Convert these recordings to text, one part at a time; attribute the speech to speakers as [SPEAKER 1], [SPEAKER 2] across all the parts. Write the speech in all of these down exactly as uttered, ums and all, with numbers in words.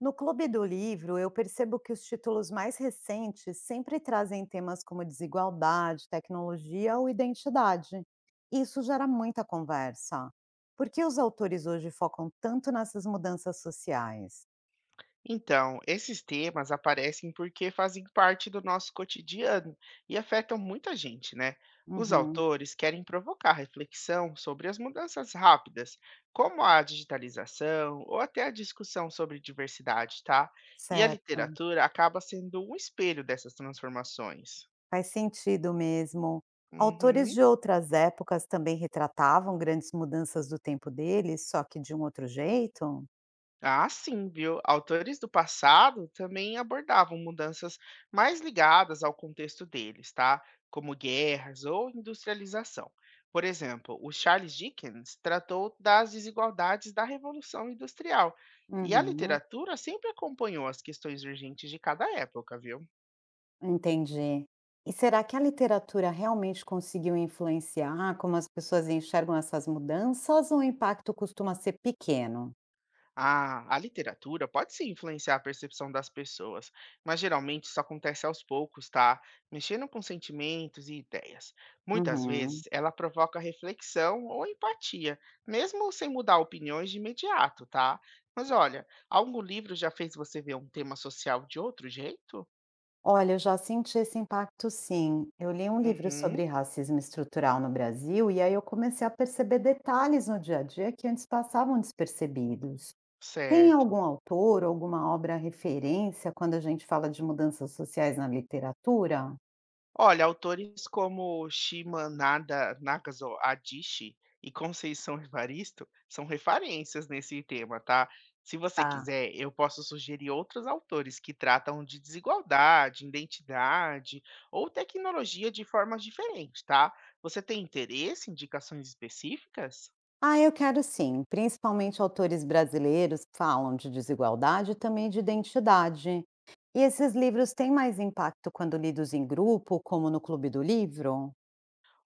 [SPEAKER 1] No Clube do Livro, eu percebo que os títulos mais recentes sempre trazem temas como desigualdade, tecnologia ou identidade. E isso gera muita conversa. Por que os autores hoje focam tanto nessas mudanças sociais?
[SPEAKER 2] Então, esses temas aparecem porque fazem parte do nosso cotidiano e afetam muita gente, né? Os
[SPEAKER 1] Uhum,
[SPEAKER 2] autores querem provocar reflexão sobre as mudanças rápidas, como a digitalização ou até a discussão sobre diversidade, tá? E a
[SPEAKER 1] certo.
[SPEAKER 2] literatura acaba sendo um espelho dessas transformações.
[SPEAKER 1] Faz sentido mesmo. Autores
[SPEAKER 2] Uhum.
[SPEAKER 1] de outras épocas também retratavam grandes mudanças do tempo deles, só que de um outro jeito?
[SPEAKER 2] Ah, sim, viu? Autores do passado também abordavam mudanças mais ligadas ao contexto deles, tá? Como guerras ou industrialização. Por exemplo, o Charles Dickens tratou das desigualdades da Revolução Industrial. E a
[SPEAKER 1] Uhum.
[SPEAKER 2] literatura sempre acompanhou as questões urgentes de cada época, viu?
[SPEAKER 1] Entendi. E será que a literatura realmente conseguiu influenciar como as pessoas enxergam essas mudanças ou o impacto costuma ser pequeno?
[SPEAKER 2] A, a literatura pode sim influenciar a percepção das pessoas, mas geralmente isso acontece aos poucos, tá? Mexendo com sentimentos e ideias. Muitas vezes
[SPEAKER 1] Uhum.
[SPEAKER 2] ela provoca reflexão ou empatia, mesmo sem mudar opiniões de imediato, tá? Mas olha, algum livro já fez você ver um tema social de outro jeito?
[SPEAKER 1] Olha, eu já senti esse impacto sim. Eu li um livro
[SPEAKER 2] Uhum,
[SPEAKER 1] sobre racismo estrutural no Brasil e aí eu comecei a perceber detalhes no dia a dia que antes passavam despercebidos. Tem
[SPEAKER 2] certo.
[SPEAKER 1] algum autor, alguma obra referência quando a gente fala de mudanças sociais na literatura?
[SPEAKER 2] Olha, autores como Shimanada Nagaso Adichie e Conceição Evaristo são referências nesse tema, tá? Se você
[SPEAKER 1] Tá.
[SPEAKER 2] quiser, eu posso sugerir outros autores que tratam de desigualdade, identidade ou tecnologia de formas diferentes, tá? Você tem interesse em indicações específicas?
[SPEAKER 1] Ah, eu quero sim. Principalmente autores brasileiros que falam de desigualdade e também de identidade. E esses livros têm mais impacto quando lidos em grupo, como no Clube do Livro?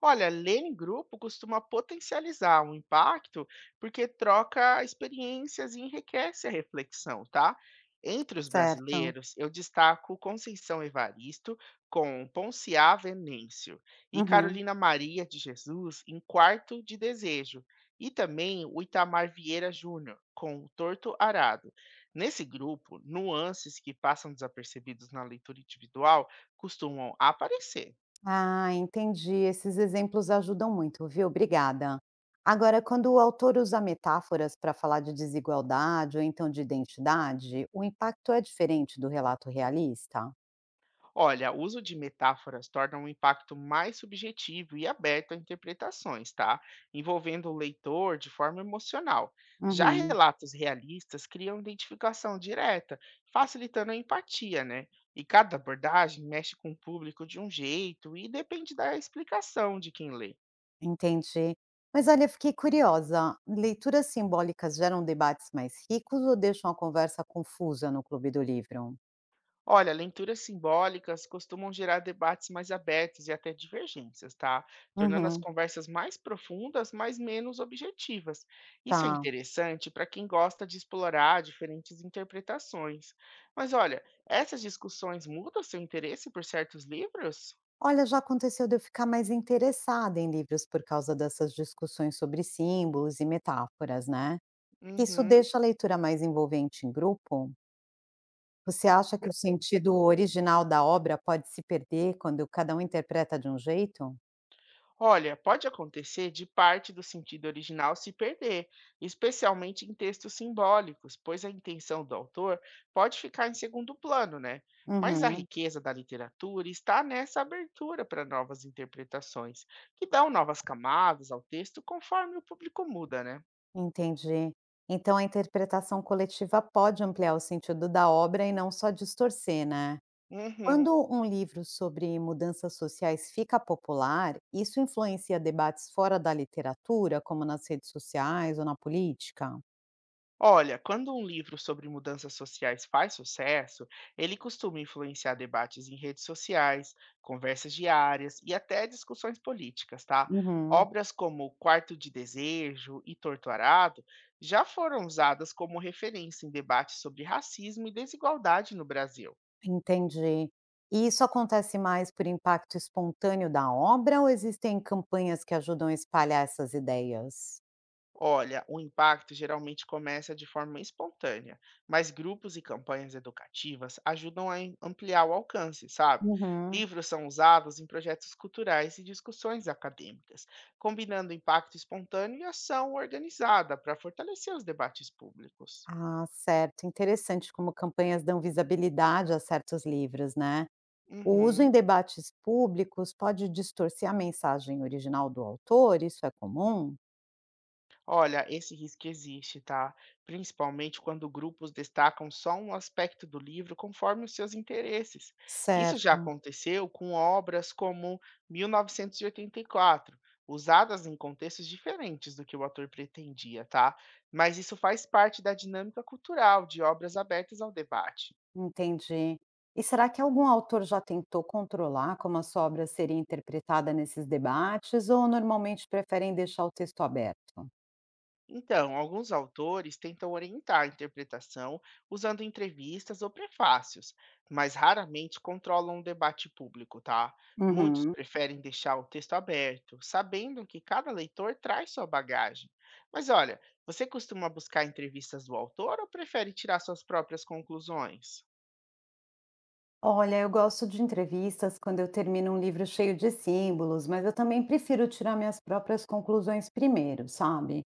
[SPEAKER 2] Olha, ler em grupo costuma potencializar o impacto, porque troca experiências e enriquece a reflexão, tá? Entre os
[SPEAKER 1] Certo.
[SPEAKER 2] brasileiros, eu destaco Conceição Evaristo com Ponciá Venêncio e
[SPEAKER 1] Uhum.
[SPEAKER 2] Carolina Maria de Jesus em Quarto de Desejo, e também o Itamar Vieira Júnior com Torto Arado. Nesse grupo, nuances que passam desapercebidos na leitura individual costumam aparecer.
[SPEAKER 1] Ah, entendi. Esses exemplos ajudam muito, viu? Obrigada. Agora, quando o autor usa metáforas para falar de desigualdade ou então de identidade, o impacto é diferente do relato realista?
[SPEAKER 2] Olha, o uso de metáforas torna um impacto mais subjetivo e aberto a interpretações, tá? Envolvendo o leitor de forma emocional. Já
[SPEAKER 1] Uhum.
[SPEAKER 2] relatos realistas criam identificação direta, facilitando a empatia, né? E cada abordagem mexe com o público de um jeito e depende da explicação de quem lê.
[SPEAKER 1] Entendi. Mas olha, fiquei curiosa. Leituras simbólicas geram debates mais ricos ou deixam a conversa confusa no Clube do Livro?
[SPEAKER 2] Olha, leituras simbólicas costumam gerar debates mais abertos e até divergências, tá? Tornando as
[SPEAKER 1] Uhum.
[SPEAKER 2] conversas mais profundas, mas menos objetivas. Isso é
[SPEAKER 1] Tá.
[SPEAKER 2] interessante para quem gosta de explorar diferentes interpretações. Mas olha, essas discussões mudam seu interesse por certos livros?
[SPEAKER 1] Olha, já aconteceu de eu ficar mais interessada em livros por causa dessas discussões sobre símbolos e metáforas, né? Isso
[SPEAKER 2] Uhum.
[SPEAKER 1] deixa a leitura mais envolvente em grupo? Você acha que o sentido original da obra pode se perder quando cada um interpreta de um jeito?
[SPEAKER 2] Olha, pode acontecer de parte do sentido original se perder, especialmente em textos simbólicos, pois a intenção do autor pode ficar em segundo plano, né? Mas a
[SPEAKER 1] Uhum.
[SPEAKER 2] riqueza da literatura está nessa abertura para novas interpretações, que dão novas camadas ao texto conforme o público muda, né?
[SPEAKER 1] Entendi. Então a interpretação coletiva pode ampliar o sentido da obra e não só distorcer, né?
[SPEAKER 2] Uhum.
[SPEAKER 1] Quando um livro sobre mudanças sociais fica popular, isso influencia debates fora da literatura, como nas redes sociais ou na política?
[SPEAKER 2] Olha, quando um livro sobre mudanças sociais faz sucesso, ele costuma influenciar debates em redes sociais, conversas diárias e até discussões políticas, tá?
[SPEAKER 1] Uhum,
[SPEAKER 2] Obras como Quarto de Desejo e Torto Arado já foram usadas como referência em debates sobre racismo e desigualdade no Brasil.
[SPEAKER 1] entendi. E isso acontece mais por impacto espontâneo da obra ou existem campanhas que ajudam a espalhar essas ideias?
[SPEAKER 2] Olha, o impacto geralmente começa de forma espontânea, mas grupos e campanhas educativas ajudam a em- ampliar o alcance, sabe?
[SPEAKER 1] Uhum.
[SPEAKER 2] Livros são usados em projetos culturais e discussões acadêmicas, combinando impacto espontâneo e ação organizada para fortalecer os debates públicos.
[SPEAKER 1] Ah, certo. Interessante como campanhas dão visibilidade a certos livros, né? O uso em
[SPEAKER 2] Uhum.
[SPEAKER 1] debates públicos pode distorcer a mensagem original do autor, isso é comum?
[SPEAKER 2] Olha, esse risco existe, tá? Principalmente quando grupos destacam só um aspecto do livro conforme os seus interesses. Isso já
[SPEAKER 1] Certo,
[SPEAKER 2] aconteceu com obras como mil novecentos e oitenta e quatro, usadas em contextos diferentes do que o autor pretendia, tá? Mas isso faz parte da dinâmica cultural de obras abertas ao debate.
[SPEAKER 1] entendi. E será que algum autor já tentou controlar como a sua obra seria interpretada nesses debates, ou normalmente preferem deixar o texto aberto?
[SPEAKER 2] Então, alguns autores tentam orientar a interpretação usando entrevistas ou prefácios, mas raramente controlam o debate público, tá? Muitos
[SPEAKER 1] Uhum.
[SPEAKER 2] preferem deixar o texto aberto, sabendo que cada leitor traz sua bagagem. Mas olha, você costuma buscar entrevistas do autor ou prefere tirar suas próprias conclusões?
[SPEAKER 1] Olha, eu gosto de entrevistas quando eu termino um livro cheio de símbolos, mas eu também prefiro tirar minhas próprias conclusões primeiro, sabe?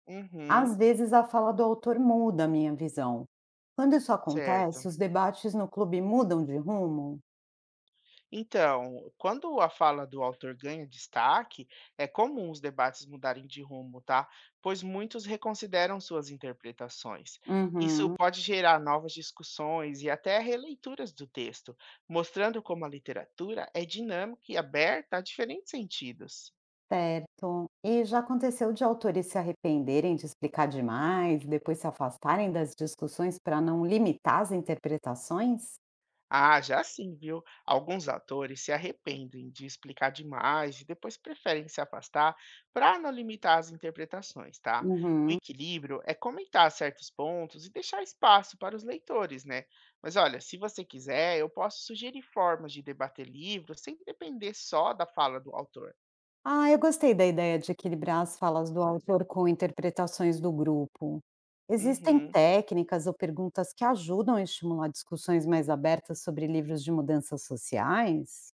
[SPEAKER 1] Às
[SPEAKER 2] Uhum,
[SPEAKER 1] vezes a fala do autor muda a minha visão. Quando isso acontece,
[SPEAKER 2] certo.
[SPEAKER 1] os debates no clube mudam de rumo?
[SPEAKER 2] Então, quando a fala do autor ganha destaque, é comum os debates mudarem de rumo, tá? Pois muitos reconsideram suas interpretações. Isso
[SPEAKER 1] Uhum,
[SPEAKER 2] pode gerar novas discussões e até releituras do texto, mostrando como a literatura é dinâmica e aberta a diferentes sentidos.
[SPEAKER 1] certo. E já aconteceu de autores se arrependerem de explicar demais, depois se afastarem das discussões para não limitar as interpretações?
[SPEAKER 2] Ah, já sim, viu? Alguns atores se arrependem de explicar demais e depois preferem se afastar para não limitar as interpretações, tá? O
[SPEAKER 1] Uhum.
[SPEAKER 2] equilíbrio é comentar certos pontos e deixar espaço para os leitores, né? Mas olha, se você quiser, eu posso sugerir formas de debater livros sem depender só da fala do autor.
[SPEAKER 1] Ah, eu gostei da ideia de equilibrar as falas do autor com interpretações do grupo. Existem
[SPEAKER 2] Uhum.
[SPEAKER 1] técnicas ou perguntas que ajudam a estimular discussões mais abertas sobre livros de mudanças sociais?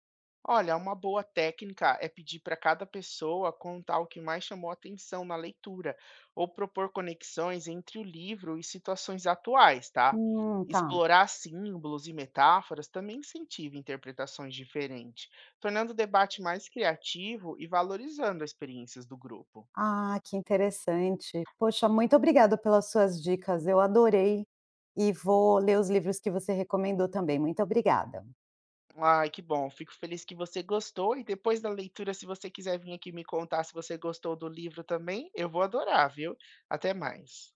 [SPEAKER 2] Olha, uma boa técnica é pedir para cada pessoa contar o que mais chamou atenção na leitura, ou propor conexões entre o livro e situações atuais, tá?
[SPEAKER 1] Hum, tá.
[SPEAKER 2] Explorar símbolos e metáforas também incentiva interpretações diferentes, tornando o debate mais criativo e valorizando as experiências do grupo.
[SPEAKER 1] Ah, que interessante. Poxa, muito obrigada pelas suas dicas, eu adorei. E vou ler os livros que você recomendou também. Muito obrigada.
[SPEAKER 2] Ai, que bom, fico feliz que você gostou. E depois da leitura, se você quiser vir aqui me contar se você gostou do livro também, eu vou adorar, viu? Até mais.